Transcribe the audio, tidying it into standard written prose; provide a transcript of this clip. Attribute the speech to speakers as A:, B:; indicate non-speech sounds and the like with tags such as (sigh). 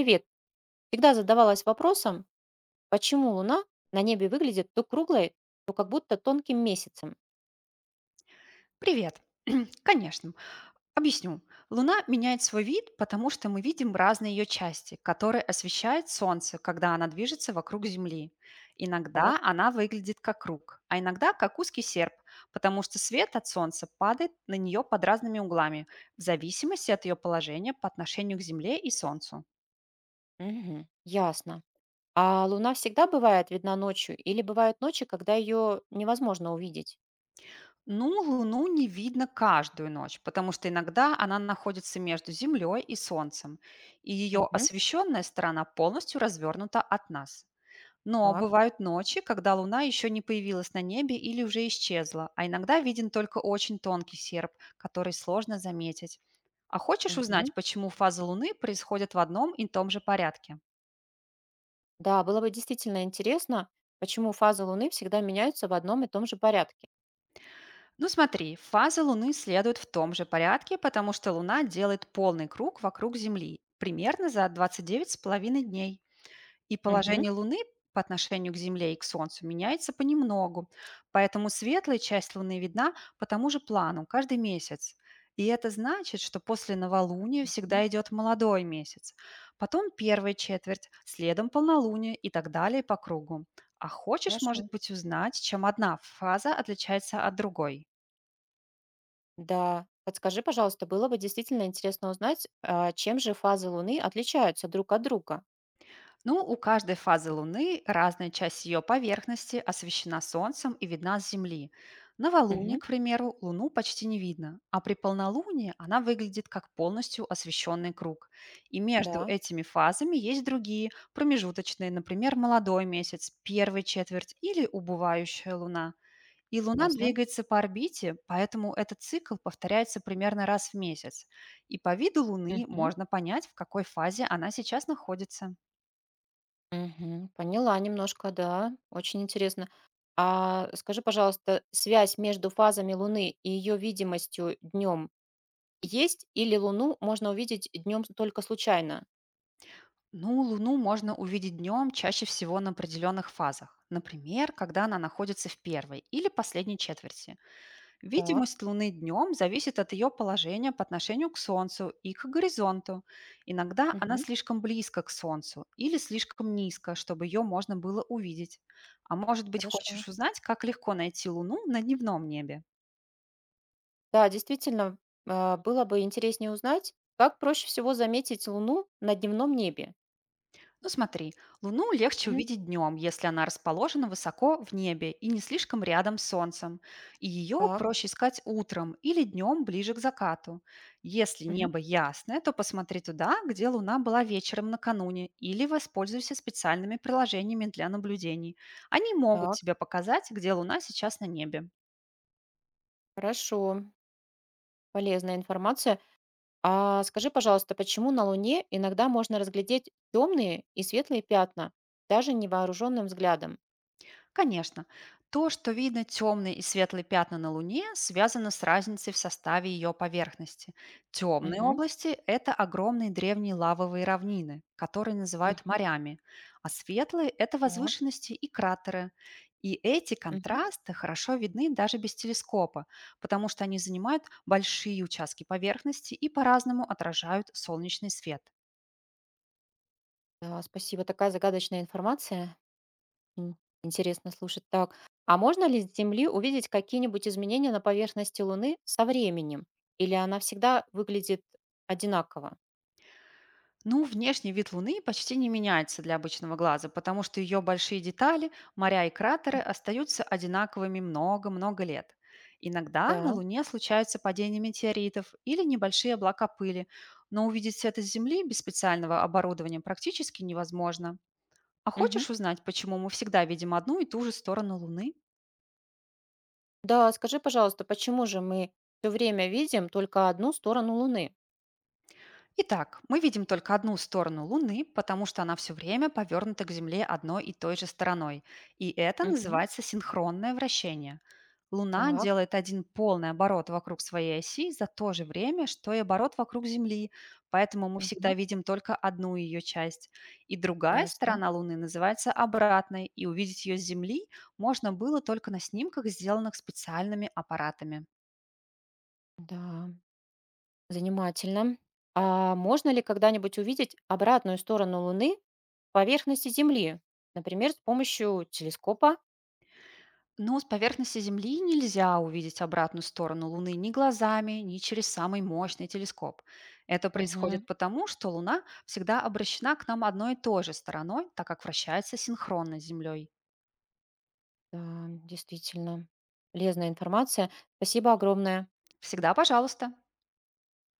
A: Привет. Всегда задавалась вопросом, почему Луна на небе выглядит то круглой, то как будто тонким месяцем.
B: Привет. (clears throat) Конечно. Объясню. Луна меняет свой вид, потому что мы видим разные ее части, которые освещает Солнце, когда она движется вокруг Земли. Иногда
A: Так.
B: она выглядит как круг, а иногда как узкий серп, потому что свет от Солнца падает на нее под разными углами, в зависимости от ее положения по отношению к Земле и Солнцу.
A: Мгм. Ясно. А Луна всегда бывает видна ночью или бывают ночи, когда ее невозможно увидеть?
B: Ну, Луну не видно каждую ночь, потому что иногда она находится между Землей и Солнцем, и ее
A: Мгм.
B: освещенная сторона полностью развернута от нас. Но
A: Так.
B: бывают ночи, когда Луна еще не появилась на небе или уже исчезла, а иногда виден только очень тонкий серп, который сложно заметить. А хочешь
A: Мгм.
B: узнать, почему фазы Луны происходят в одном и том же порядке?
A: Да, было бы действительно интересно, почему фазы Луны всегда меняются в одном и том же порядке.
B: Ну смотри, фазы Луны следуют в том же порядке, потому что Луна делает полный круг вокруг Земли примерно за 29,5 дней. И
A: Мгм.
B: положение Луны по отношению к Земле и к Солнцу меняется понемногу. Поэтому светлая часть Луны видна по тому же плану каждый месяц. И это значит, что после новолуния
A: М.
B: всегда идет молодой месяц. Потом первая четверть, следом полнолуние и так далее по кругу. А хочешь,
A: Хорошо.
B: может быть, узнать, чем одна фаза отличается от другой?
A: Да. Подскажи, пожалуйста, было бы действительно интересно узнать, чем же фазы Луны отличаются друг от друга.
B: Ну, у каждой фазы Луны разная часть ее поверхности освещена Солнцем и видна с Земли. Новолуние,
A: Мгм.
B: к примеру, Луну почти не видно, а при полнолунии она выглядит как полностью освещенный круг. И между
A: Да.
B: этими фазами есть другие, промежуточные, например, молодой месяц, первая четверть или убывающая Луна. И Луна
A: Ясно.
B: двигается по орбите, поэтому этот цикл повторяется примерно раз в месяц. И по виду Луны
A: Мгм.
B: можно понять, в какой фазе она сейчас находится.
A: Мгм. Поняла немножко, да. Очень интересно. А скажи, пожалуйста, связь между фазами Луны и ее видимостью днем есть или Луну можно увидеть днем только случайно?
B: Ну, Луну можно увидеть днем чаще всего на определенных фазах. Например, когда она находится в первой или последней четверти.
A: Так.
B: Видимость Луны днем зависит от ее положения по отношению к Солнцу и к горизонту. Иногда она
A: Мгм.
B: слишком близко к Солнцу или слишком низко, чтобы ее можно было увидеть. А может быть,
A: Хорошо.
B: хочешь узнать, как легко найти Луну на дневном небе?
A: Да, действительно, было бы интереснее узнать, как проще всего заметить Луну на дневном небе.
B: Ну смотри, Луну легче
A: Мгм.
B: увидеть днем, если она расположена высоко в небе и не слишком рядом с Солнцем. И ее
A: Так.
B: проще искать утром или днем ближе к закату. Если
A: Мгм.
B: небо ясное, то посмотри туда, где Луна была вечером накануне, или воспользуйся специальными приложениями для наблюдений. Они могут
A: Так.
B: тебе показать, где Луна сейчас на небе.
A: Хорошо. Полезная информация. А скажи, пожалуйста, почему на Луне иногда можно разглядеть темные и светлые пятна, даже невооруженным взглядом?
B: Конечно, то, что видно темные и светлые пятна на Луне, связано с разницей в составе ее поверхности. Темные
A: Мгм.
B: области– это огромные древние лавовые равнины, которые называют
A: Мгм.
B: морями, а светлые– это
A: Так.
B: возвышенности и кратеры. И эти
A: Мгм.
B: контрасты хорошо видны даже без телескопа, потому что они занимают большие участки поверхности и по-разному отражают солнечный свет.
A: Да, спасибо, такая загадочная информация. М. Интересно слушать. Так, а можно ли с Земли увидеть какие-нибудь изменения на поверхности Луны со временем? Или она всегда выглядит одинаково?
B: Ну, внешний вид Луны почти не меняется для обычного глаза, потому что ее большие детали, моря и кратеры
A: Мгм.
B: остаются одинаковыми много-много лет. Иногда на
A: Да.
B: Луне случаются падения метеоритов или небольшие облака пыли, но увидеть это с Земли без специального оборудования практически невозможно. А
A: Мгм.
B: хочешь узнать, почему мы всегда видим одну и ту же сторону Луны?
A: Да, скажи, пожалуйста, почему же мы все время видим только одну сторону Луны?
B: Итак, мы видим только одну сторону Луны, потому что она все время повернута к Земле одной и той же стороной. И это
A: Мгм.
B: называется синхронное вращение. Луна
A: Так.
B: делает один полный оборот вокруг своей оси за то же время, что и оборот вокруг Земли, поэтому мы всегда
A: Мгм.
B: видим только одну ее часть. И другая
A: Ясно.
B: сторона Луны называется обратной, и увидеть ее с Земли можно было только на снимках, сделанных специальными аппаратами.
A: Да, занимательно. А можно ли когда-нибудь увидеть обратную сторону Луны в поверхности Земли, например, с помощью телескопа?
B: Но с поверхности Земли нельзя увидеть обратную сторону Луны ни глазами, ни через самый мощный телескоп. Это происходит
A: Мгм.
B: потому, что Луна всегда обращена к нам одной и той же стороной, так как вращается синхронно с Землей.
A: Да, действительно. Полезная информация. Спасибо огромное.
B: Всегда пожалуйста.